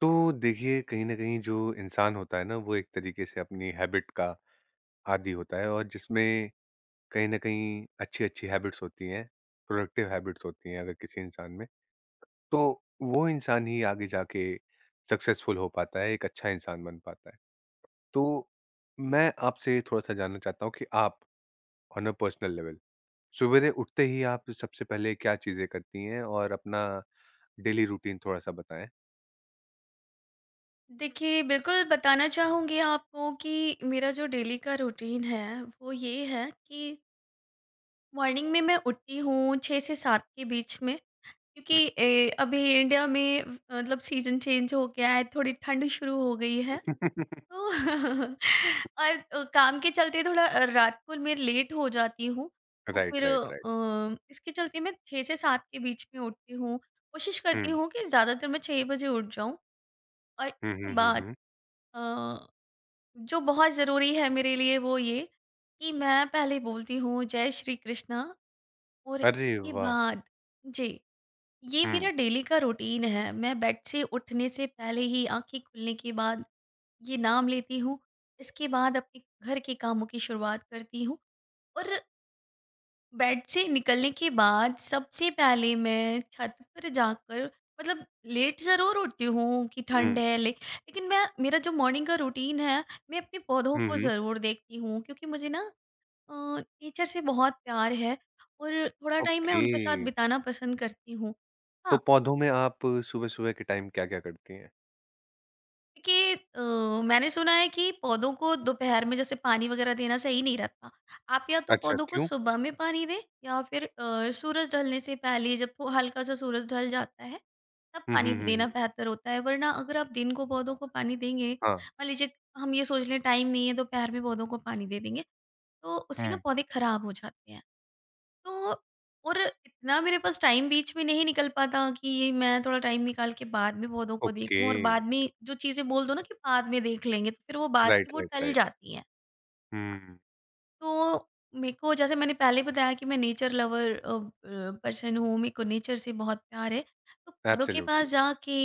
तो देखिए कहीं न कहीं जो इंसान होता है ना वो एक तरीके से अपनी हैबिट का आदी होता है और जिसमें कहीं न कहीं अच्छी-अच्छी हैबिट्स होती हैं, प्रोडक्टिव हैबिट्स होती हैं अगर किसी इंसान में, तो वो इंसान ही आगे जाके सक्सेसफुल हो पाता है, एक अच्छा इंसान बन पाता है। तो मैं आपसे थोड़ा-सा जानना चाहता हूँ कि आप ऑन अ पर्सनल लेवल सुबेरे उठते ही आप सबसे पहले क्या चीज़ें करती हैं और अपना डेली रूटीन थोड़ा-सा बताएँ? देखिए, बिल्कुल बताना चाहूँगी आपको कि मेरा जो डेली का रूटीन है, वो ये है कि मॉर्निंग में मैं उठती हूँ 6 से 7 के बीच में, क्योंकि हुँ। अभी इंडिया में मतलब सीज़न चेंज हो गया है, थोड़ी ठंड शुरू हो गई है। तो और काम के चलते थोड़ा रात को मैं लेट हो जाती हूँ। और राइट, फिर राइट, राइट। इसके चलते मैं 6 से 7 के बीच में उठती हूँ। कोशिश करती हुँ। हूँ कि ज़्यादातर मैं 6 बजे उठ जाऊँ, और हुँ, इसके हुँ, हुँ, बाद हुँ। अ जो बहुत ज़रूरी है मेरे लिए वो ये कि मैं पहले बोलती हूँ जय श्री कृष्णा, और अरे इसके वाह! बाद जी, ये मेरा हुँ, डेली का रूटीन है। मैं बेड से उठने से पहले ही आँखें खुलने के बाद ये नाम लेती हूँ। इसके बाद अपने घर के कामों की शुरुआत करती हूँ, और बेड से निकलने के बाद सबसे पहले मैं छत पर जाकर मतलब लेट ज़रूर उठती हूँ कि ठंड हुँ, है, लेकिन मैं मेरा जो मॉर्निंग का रूटीन है, मैं अपने पौधों हुँ, को हुँ, ज़रूर देखती हूँ, क्योंकि मुझे ना अ, नेचर से बहुत प्यार है, और थोड़ा टाइम मैं ओके। उनके साथ बिताना पसंद करती हूँ। तो हाँ, पौधों में आप सुबह-सुबह के टाइम क्या-क्या करती हैं? देखिए मैंने सुना है कि पौधों को दोपहर में जैसे पानी वगैरह देना सही नहीं रहता। आप या तो अच्छा, पौधों को क्यों? सुबह में पानी दें, या फिर सूरज ढलने से पहले जब थो हल्का-सा सूरज ढल जाता है, तब हुँ, पानी हुँ, हुँ, देना हुँ, बेहतर होता है। वरना अगर आप दिन को पौधों को पानी देंगे, हाँ, मान लीजिए हम ये सोच लें टाइम नहीं है दोपहर में पौधों को पानी दे देंगे, तो उससे ना हुँ, पौधे खराब हो जाते हैं। तो और इतना मेरे पास टाइम बीच में नहीं निकल पाता कि ये मैं थोड़ा टाइम निकाल के बाद में पौधों को ओके, देखूँ, और बाद में जो चीज़ें बोल दो ना कि बाद में देख लेंगे, तो फिर वो बाद की राइट, वो राइट, टल राइट। जाती हैं। हुँ, तो मेरे को जैसे मैंने पहले बताया कि मैं नेचर लवर पर्सन हूँ, मेरे को नेचर से बहुत प्यार है। तो पौधों के पास एब्सोल्युटली, जाके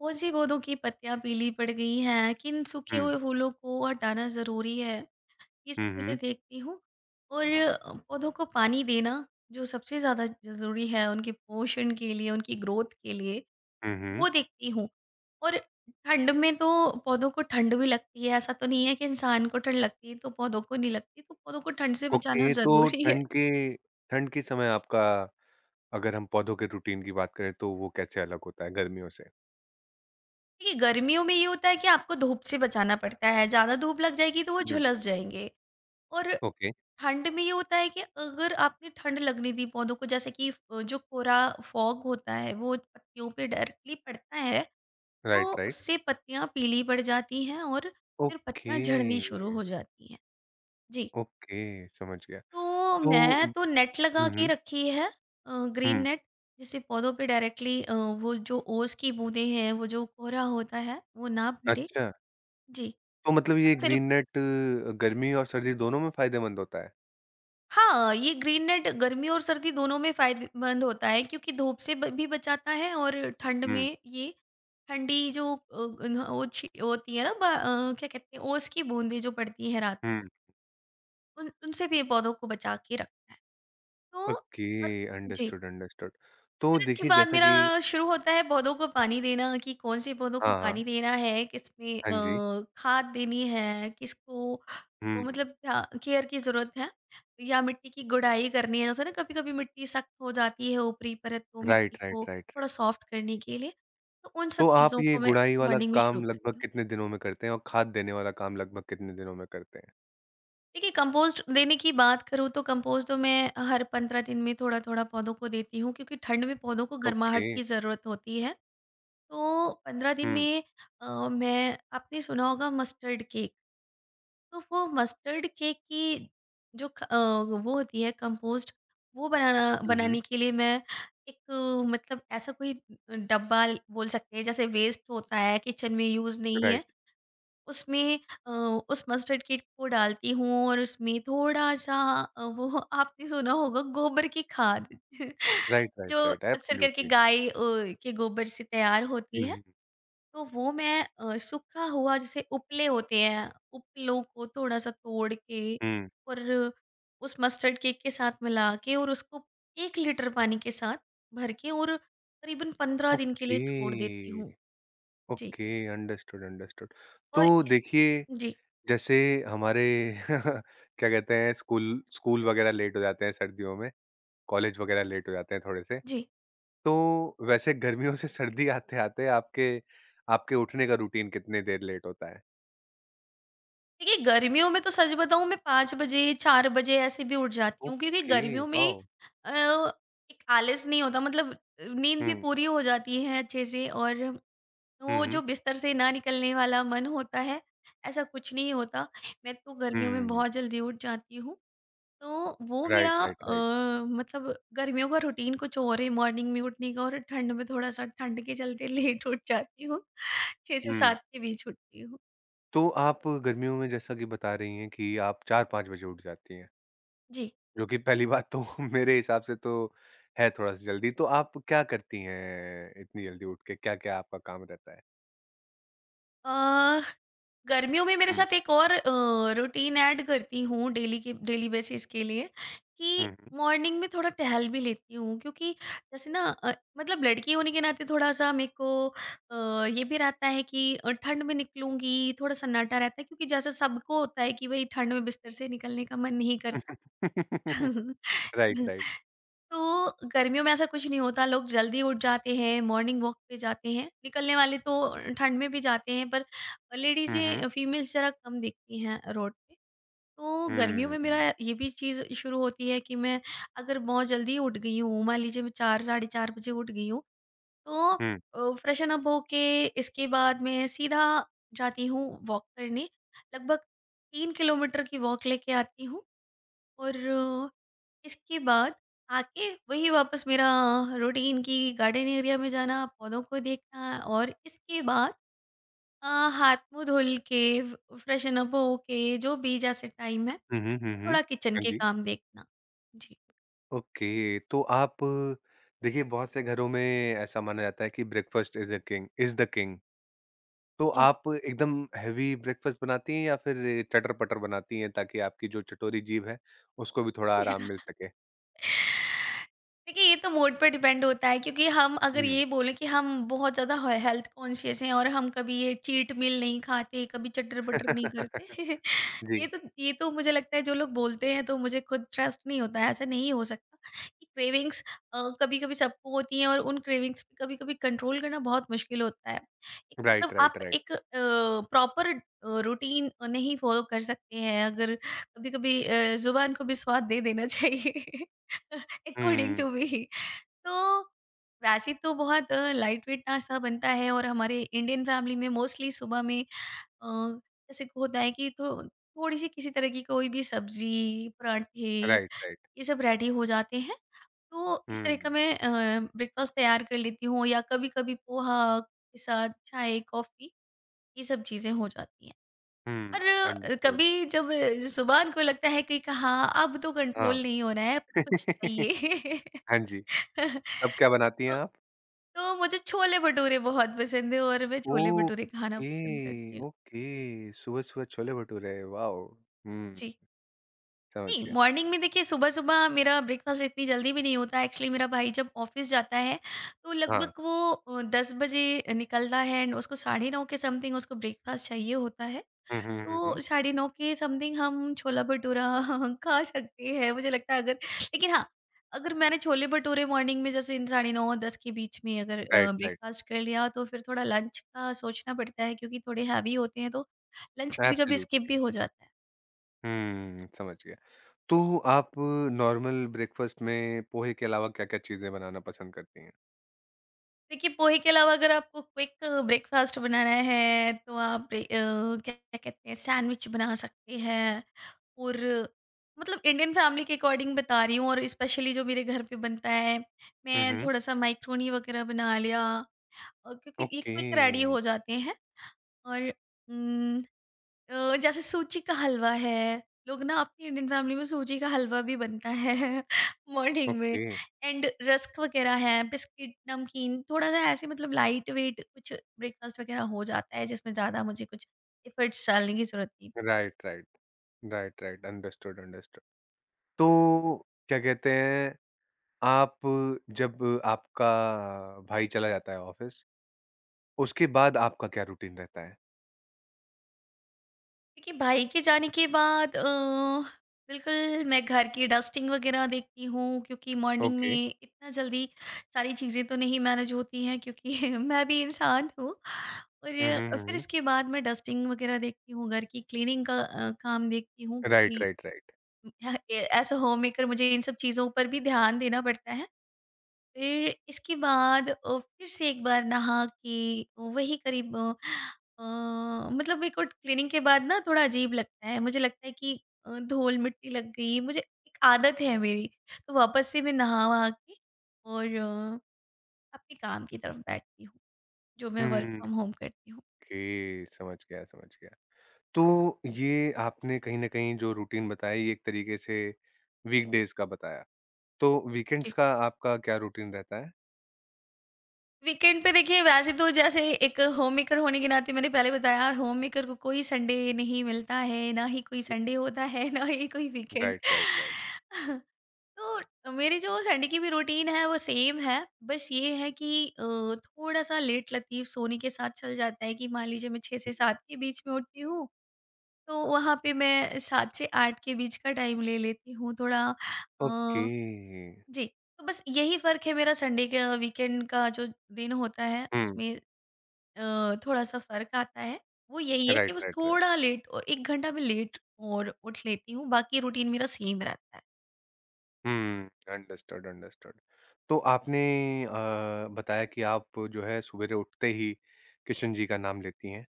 कौन-से पौधों की पत्तियाँ पीली पड़ गई हैं, किन सूखे हुँ, हुए फूलों को हटाना ज़रूरी है। ये सब हुँ, चीज़ें हुँ, देखती हूँ, और पौधों को पानी देना जो सबसे ज़्यादा ज़रूरी है उनके पोषण के लिए, उनकी ग्रोथ के लिए, हुँ, हुँ, वो देखती हूँ। और ठंड में तो पौधों को ठंड भी लगती है, ऐसा तो नहीं है कि इंसान को ठंड लगती है तो पौधों को नहीं लगती, तो पौधों को ठंड से बचाना ओके। तो ज़रूरी है। ठंड के समय जी। आपका अगर हम पौधों के रूटीन की बात करें, तो वो कैसे अलग होता है गर्मियों से? देखिए, गर्मियों में ये होता है कि आपको धूप से बचाना पड़ता है, ज़्यादा धूप लग जाएगी तो वो हुँ, झुलस जाएँगे। और ओके, ठंड में ये होता है कि अगर आपने ठंड लगने दी पौधों को, जैसे कि जो कोरा फॉग होता है वो पत्तियों पे डायरेक्टली पड़ता है, राइट, तो राइट, उससे पत्तियां पीली पड़ जाती हैं, और फिर ओके, पत्तियां झड़नी शुरू हो जाती हैं। जी। ओके, समझ गया। तो तो मैं तो नेट लगा हुँ, के हुँ, रखी है, ग्रीन हुँ, नेट, जिससे पौधों पे डायरेक्टली वो जो ओस की बूंदें हैं वो जो कोहरा होता है वो ना पड़े। अच्छा। जी। तो मतलब ये और फिर ग्रीन नेट गर्मी और सर्दी दोनों में फ़ायदेमंद होता है? हाँ, ये ग्रीन नेट गर्मी और सर्दी दोनों में फ़ायदेमंद होता है, क्योंकि धूप से ब भी बचाता है, और ठंड हुँ, में ये ठंडी जो न ओछी होती है ना ब क्या कहते हैं ओस की बूँदें जो पड़ती हैं रात को, हुँ। उन उनसे भी पौधों को बचा के रखता है। तो ओके, अ, जी। Understood, understood. फिर तो उसके देखिए बाद जैसा मेरा कि शुरू होता है पौधों को पानी देना कि कौन से पौधों को हाँ, पानी हाँ। देना है, किसमें हाँ जी। खाद देनी है, किसको मतलब हुँ। ध्या केयर की ज़रूरत है, या मिट्टी की गुड़ाई करनी है। जैसे ना कभी-कभी मिट्टी सख्त हो जाती है ऊपरी परत, तो मिट्टी राइट, को राइट, राइट, थोड़ा राइट। सॉफ्ट करने के लिए, तो उन सब तो आप चीज़ों ये को मैं गुड़ाई वाला मॉर्निंग में शुरू काम लगभग करती हूँ। कितने दिनों में करते हैं और खाद देने वाला काम लगभग कितने दिनों में करते हैं? देखिए, कंपोस्ट देने की बात करूँ तो कंपोस्ट तो मैं हर 15 दिन में थोड़ा-थोड़ा पौधों को देती हूँ, क्योंकि ठंड में पौधों को गर्माहट ओके। की ज़रूरत होती है। तो 15 दिन हुँ, में मैं आपने सुना होगा मस्टर्ड केक, तो वो मस्टर्ड केक की जो वो होती है कंपोस्ट, वो बनाना हुँ, हुँ। बनाने के लिए मैं एक मतलब ऐसा कोई डब्बा बोल सकते हैं जैसे वेस्ट होता है किचन में यूज़ नहीं है, राइट, उसमें अ, उस मस्टर्ड केक को डालती हूँ, और उसमें थोड़ा सा वो आपने सुना होगा गोबर की खाद राइट, जो राइट, राइट, अक्सर करके एब्सोल्युटली। गाय के गोबर से तैयार होती हुँ, है, हुँ, तो वो मैं सूखा हुआ जैसे उपले होते हैं, उपलों को थोड़ा-सा तोड़ के हुँ। और उस मस्टर्ड केक के साथ मिला के और उसको 1 लीटर पानी के साथ भर के, और करीबन 15 दिन के लिए छोड़ देती ओके, हूँ। जी, ओके, अंडरस्टूड, अंडरस्टूड। तो और इस देखिए जी, जैसे हमारे क्या कहते हैं स्कूल स्कूल वगैरह लेट हो जाते हैं सर्दियों में, कॉलेज वगैरह लेट हो जाते हैं थोड़े से। जी। तो वैसे गर्मियों से सर्दी आते-आते आपके आपके उठने का रूटीन कितने देर लेट होता है? देखिए, गर्मियों में तो सच बताऊँ मैं 5 बजे, 4 बजे ऐसे भी उठ जाती हूँ, क्योंकि ओके, गर्मियों में वॉव! अ, एक आलस नहीं होता, मतलब नींद भी हुँ। पूरी हो जाती है अच्छे से, और तो हुँ, वो जो हुँ। बिस्तर से ना निकलने वाला मन होता है, ऐसा कुछ नहीं होता। मैं तो गर्मियों में हुँ। बहुत जल्दी उठ जाती हूँ। तो वो मेरा राइट, राइट, राइट। मतलब गर्मियों का रूटीन कुछ और है मॉर्निंग में उठने का, और ठंड में थोड़ा-सा ठंड के चलते लेट उठ जाती हूँ। 6 से हुँ। 7 के बीच उठती हूँ। तो आप गर्मियों में जैसा कि बता रही हैं कि आप 4-5 बजे उठ जाती हैं, जी। जो कि पहली बात तो मेरे हिसाब से तो है थोड़ा-सा जल्दी। तो आप क्या करती हैं इतनी जल्दी उठ के? क्या-क्या आपका काम रहता है? अ, गर्मियों में मेरे हुँ। साथ एक और रूटीन ऐड करती हूँ डेली के डेली बेसिस के लिए हुँ, कि हुँ। मॉर्निंग में थोड़ा टहल भी लेती हूँ, क्योंकि जैसे ना मतलब लड़की होने के नाते थोड़ा सा मेरे को ये भी रहता है कि ठंड में निकलूंगी थोड़ा सन्नाटा रहता है, क्योंकि जैसे सबको होता है कि भाई ठंड में बिस्तर से निकलने का मन नहीं करता। Right, right. तो गर्मियों में ऐसा कुछ नहीं होता, लोग जल्दी उठ जाते हैं, मॉर्निंग वॉक पे जाते हैं, निकलने वाले तो ठंड में भी जाते हैं, पर हुँ, हुँ। लेडीज़ें फीमेल्स ज़रा कम दिखती हैं रोड पे। तो गर्मियों में मेरा हुँ। ये भी चीज़ शुरू होती है कि मैं अगर बहुत जल्दी उठ गई हूँ, मान लीजिए मैं 4 साढ़े 4 बजे उठ गई हूँ, तो हुँ। फ्रेशन अप होके इसके बाद मैं सीधा जाती हूँ वॉक करने। लगभग 3 किलोमीटर की वॉक लेके आती हूँ। और इसके बाद आके वही वापस मेरा रूटीन कि गार्डन एरिया में जाना, पौधों को देखना, और इसके बाद अ, हाथ मुँह धुल के फ फ्रेशन अप होके जो भी जैसे टाइम है, हुँ, हुँ, हुँ, हुँ। थोड़ा किचन हाँ के जी। काम देखना। जी। ओके, तो आप देखिए बहुत से घरों में ऐसा माना जाता है कि breakfast is a king is the king. तो जी। आप एकदम हेवी ब्रेकफ़ास्ट बनाती हैं या फिर चटर-पटर बनाती हैं ताकि आपकी जो चटोरी जीभ है, उसको भी थोड़ा आराम मिल सके? देखिए, ये तो मूड पे डिपेंड होता है, क्योंकि हम अगर हुँ। ये बोलें कि हम बहुत ज़्यादा ह हेल्थ कॉन्शियस हैं, और हम कभी ये चीट मील नहीं खाते, कभी चटर-बटर नहीं करते। जी। ये तो मुझे लगता है जो लोग बोलते हैं तो मुझे खुद ट्रस्ट नहीं होता है, ऐसा नहीं हो सकता कि क्रेविंग्स कभी-कभी सबको होती हैं, और उन क्रेविंग्स पे कभी-कभी कंट्रोल करना बहुत मुश्किल होता है। एक मतलब राइट, राइट, आप राइट। एक प्रॉपर रूटीन नहीं फॉलो कर सकते हैं, अगर कभी-कभी ज़ुबान को भी स्वाद दे देना चाहिए अकॉर्डिंग हुँ। To me. तो वैसे तो बहुत लाइट वेट नाश्ता बनता है, और हमारे इंडियन फैमिली में मोस्टली सुबह में अ, जैसे कि होता है कि तो थोड़ी-सी किसी तरह की कोई भी सब्ज़ी, पराठे, राइट, राइट। ये सब रेडी हो जाते हैं। तो इस तरह का हुँ। मैं ब्रेकफ़ास्ट तैयार कर लेती हूँ, या कभी-कभी पोहा के साथ चाय, कॉफ़ी, ये सब चीज़ें हो जाती हैं। हुँ। और अंडरस्टूड। कभी जब ज़ुबान को लगता है कि हाँ, अब तो हाँ। कंट्रोल नहीं हो रहा है, कुछ चाहिए। हाँ जी। अब क्या बनाती हैं तो आप? तो मुझे छोले-भटूरे बहुत पसंद है, और मैं छोले-भटूरे खाना ओके, पसंद करती हूँ। ओके। सुबह-सुबह छोले-भटूरे, वाओ! हुँ, जी। समझ नहीं, गया। मॉर्निंग में देखिए सुबह-सुबह मेरा ब्रेकफास्ट इतनी जल्दी भी नहीं होता। एक्चुअली मेरा भाई जब ऑफ़िस जाता है, तो हाँ। लगभग वो 10 बजे निकलता है, एंड उसको साढ़े 9 के समथिंग उसको ब्रेकफास्ट चाहिए होता है। हुँ, हुँ, हुँ, तो हुँ। साढ़े 9 के समथिंग हम छोला-भटूरा खा सकते हैं। मुझे लगता है अगर लेकिन हाँ, अगर मैंने छोले-भटूरे मॉर्निंग में जैसे इन साढ़े 9-10 के बीच में अगर राइट, राइट। ब्रेकफास्ट कर लिया तो फिर थोड़ा लंच का सोचना पड़ता है, क्योंकि थोड़े हैवी होते हैं तो लंच कभी-कभी स्किप एब्सोल्युटली। भी हो जाता है। हुँ, समझ गया। तो आप नॉर्मल ब्रेकफ़ास्ट में पोहे के अलावा क्या-क्या चीज़ें बनाना पसंद करती हैं? देखिए, पोहे के अलावा अगर आपको क्विक ब्रेकफ़ास्ट बनाना है, तो आप क्या क्या कहते हैं, सैंडविच बना सकते हैं, और मतलब इंडियन फैमिली के अकॉर्डिंग बता रही हूँ, और स्पेशली जो मेरे घर पे बनता है, हुँ, मैं हुँ। थोड़ा-सा मैक्रोनी वगैरह बना लिया क्योंकि ये ओके, क्विक रेडी हो जाते हैं, और उम जैसे सूजी का हलवा है, लोग ना अपनी इंडियन फैमिली में सूजी का हलवा भी बनता है मॉर्निंग में, ओके। एंड रस्क वगैरह है, बिस्किट, नमकीन थोड़ा-सा ऐसे मतलब लाइट वेट कुछ ब्रेकफास्ट वगैरह हो जाता है, जिसमें ज़्यादा मुझे कुछ एफर्ट्स डालने की ज़रूरत नहीं पड़ती। Right, right. Right, right. Understood, understood. तो क्या कहते हैं, आप जब आपका भाई चला जाता है ऑफ़िस, उसके बाद आपका क्या रूटीन रहता है? देखिए, भाई के जाने के बाद बिल्कुल मैं घर की डस्टिंग वगैरह देखती हूँ, क्योंकि मॉर्निंग ओके। में इतना जल्दी सारी चीज़ें तो नहीं मैनेज होती हैं क्योंकि मैं भी इंसान हूँ। हुँ, और हुँ, हुँ, फिर हुँ। इसके बाद मैं डस्टिंग वगैरह देखती हूँ, घर की क्लीनिंग का काम देखती हूँ राइट, क्योंकि right, right. As a home maker मुझे इन सब चीज़ों पर भी ध्यान देना पड़ता है। फिर इसके बाद फिर से एक बार नहा के वही करीब अ, मतलब मेरे को क्लीनिंग के बाद ना थोड़ा अजीब लगता है, मुझे लगता है कि धूल मिट्टी लग गई, मुझे एक आदत है मेरी। तो वापस से मैं नहा वहा के और अपने काम की तरफ बैठती हूँ, जो मैं वर्क हुँ, फ्रॉम होम करती हूँ। ओके, समझ गया, समझ गया। तो ये आपने कहीं न कहीं जो रूटीन बताया ये एक तरीके से वीकडेज़ का बताया। तो वीकेंड्स जी। का आपका क्या रूटीन रहता है? वीकेंड पे देखिए, वैसे तो जैसे एक होम मेकर होने के नाते मैंने पहले बताया, होम मेकर को कोई संडे नहीं मिलता है, ना ही कोई हुँ, संडे होता है ना ही कोई वीकेंड। Right, right, right. तो मेरी जो संडे की भी रूटीन है वो सेम है। बस ये है कि थोड़ा-सा लेट लतीफ़ सोने के साथ चल जाता है कि मान लीजिए मैं 6 से हुँ, 7 के बीच में उठती हूँ, तो वहाँ पे मैं 7 से 8 के बीच का टाइम ले लेती हूँ थोड़ा। ओके। अ, जी। तो बस यही फ़र्क है मेरा संडे का, वीकेंड का जो दिन होता है हुँ, उसमें थोड़ा-सा फ़र्क आता है। वो यही है कि राइट, बस राइट, राइट। थोड़ा लेट 1 घंटा मैं लेट और उठ लेती हूँ, बाकी रूटीन मेरा सेम रहता है। हुँ, अंडरस्टूड, अंडरस्टूड। तो आपने अ, बताया कि आप जो है सवेरे उठते ही किशन जी का नाम लेती हैं।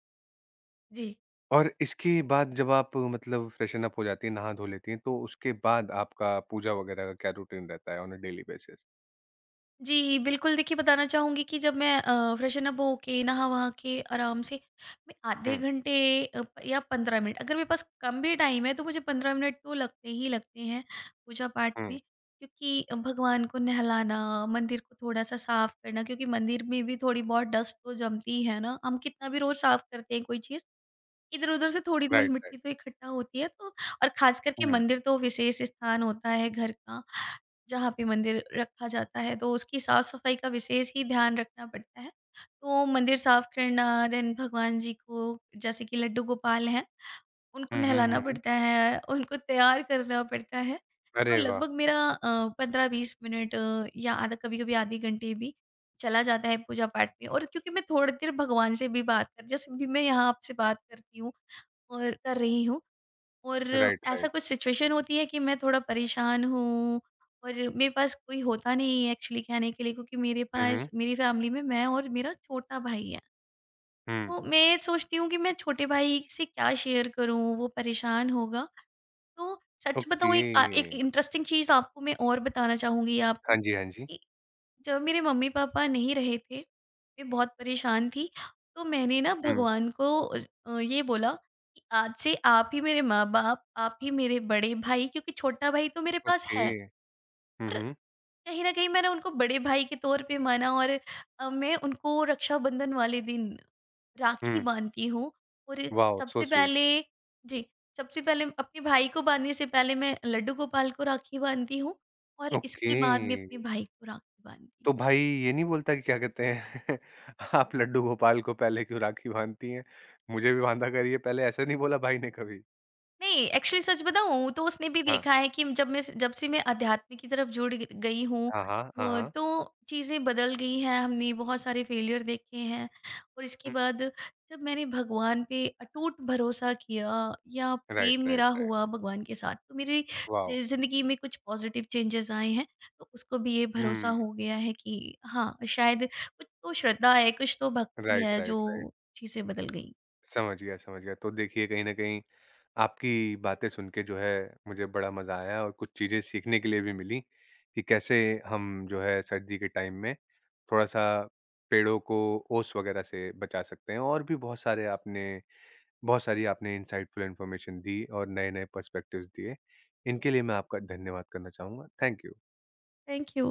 जी। और इसके बाद जब आप मतलब फ्रेशन अप हो जाती हैं, नहा धो लेती हैं, तो उसके बाद आपका पूजा वगैरह का क्या रूटीन रहता है ऑन अ डेली बेसिस? जी, बिल्कुल। देखिए, बताना चाहूँगी कि जब मैं फ्रेशन अप होके, नहा-वहा के आराम से मैं आधे हुँ, घंटे या 15 मिनट, अगर मेरे पास कम भी टाइम है तो मुझे 15 मिनट तो लगते ही लगते हैं पूजा-पाठ हुँ। में। क्योंकि भगवान को नहलाना, मंदिर को थोड़ा-सा साफ करना, क्योंकि मंदिर में भी थोड़ी बहुत डस्ट तो जमती है ना, हम कितना भी रोज़ साफ करते हैं कोई चीज़, इधर-उधर से थोड़ी राइट, राइट। धूल-मिट्टी तो इकट्ठा होती है। तो और ख़ास करके हुँ। मंदिर तो विशेष स्थान होता है घर का। जहाँ पे मंदिर रखा जाता है, तो उसकी साफ-सफाई का विशेष ही ध्यान रखना पड़ता है। तो मंदिर साफ करना, देन भगवान जी को, जैसे कि लड्डू गोपाल हैं, उनको हुँ, हुँ, नहलाना हुँ, हुँ। पड़ता है, उनको तैयार करना पड़ता है। तो अरे वाह! लगभग मेरा 15-20 मिनट या आधा, कभी-कभी आधे घंटे भी चला जाता है पूजा-पाठ में। और क्योंकि मैं थोड़ी देर भगवान से भी बात कर, जैसे भी मैं यहाँ आपसे बात करती हूँ और कर रही हूँ, और राइट, ऐसा राइट। कुछ सिचुएशन होती है कि मैं थोड़ा परेशान हूँ, और मेरे पास कोई होता नहीं है एक्चुअली कहने के लिए, क्योंकि मेरे हुँ, पास हुँ। मेरी फैमिली में मैं और मेरा छोटा भाई है। हुँ। तो मैं सोचती हूँ कि मैं छोटे भाई से क्या शेयर करूँ, वो परेशान होगा। तो सच ओके। बताऊँ, एक एक इंटरेस्टिंग चीज़ आपको मैं और बताना चाहूँगी आप। हाँ जी, हाँ जी। जब मेरे मम्मी-पापा नहीं रहे थे, मैं बहुत परेशान थी, तो मैंने ना हुँ। भगवान को ये बोला कि आज से आप ही मेरे माँ-बाप, आप ही मेरे बड़े भाई, क्योंकि छोटा भाई तो मेरे पास ओके। है, हुँ, पर हुँ। कहीं न कहीं मैंने उनको बड़े भाई के तौर पे माना। और मैं उनको रक्षाबंधन वाले दिन राखी हुँ। बाँधती हूँ। और वॉव! सो सबसे स्वीट। पहले, जी, सबसे पहले अपने भाई को बाँधने से पहले मैं लड्डू गोपाल को राखी बाँधती हूँ, और ओके। इसके बाद मैं अपने भाई को राखी बाँधती हूँ। तो भाई ये नहीं बोलता कि क्या कहते हैं आप लड्डू गोपाल को पहले क्यों राखी बाँधती हैं? मुझे भी बाँधा करिए पहले, ऐसा नहीं बोला भाई ने कभी? नहीं, एक्चुअली सच बताऊँ तो उसने भी हाँ। देखा है कि जब मैं, जब से मैं अध्यात्म की तरफ जुड़ ग गई हूँ, हाँ, हाँ। हाँ, हाँ। तो चीज़ें बदल गई हैं, हमने बहुत सारे फेलियर देखे हैं। और इसके हुँ, बाद जब मैंने भगवान पे अटूट भरोसा किया या प्रेम राइट, राइट, मेरा राइट। हुआ भगवान के साथ, तो मेरी वॉव! ज़िंदगी में कुछ पॉज़िटिव चेंजेज़ आए हैं। तो उसको भी ये भरोसा हुँ, हो गया है कि हाँ, शायद कुछ तो श्रद्धा है, कुछ तो भक्ति राइट, है, राइट, राइट। जो चीज़ें बदल गईं। समझ गया, समझ गया। तो देखिए, कहीं न कहीं आपकी बातें सुन के जो है मुझे बड़ा मज़ा आया और कुछ चीज़ें सीखने के लिए भी मिली कि कैसे हम जो है सर्दी के टाइम में थोड़ा-सा पेड़ों को ओस वगैरह से बचा सकते हैं और भी बहुत सारे आपने बहुत सारी आपने इनसाइटफुल इन्फॉर्मेशन दी और नए-नए पर्सपेक्टिव्स दिए। इनके लिए मैं आपका धन्यवाद करना चाहूँगा। Thank you. Thank you.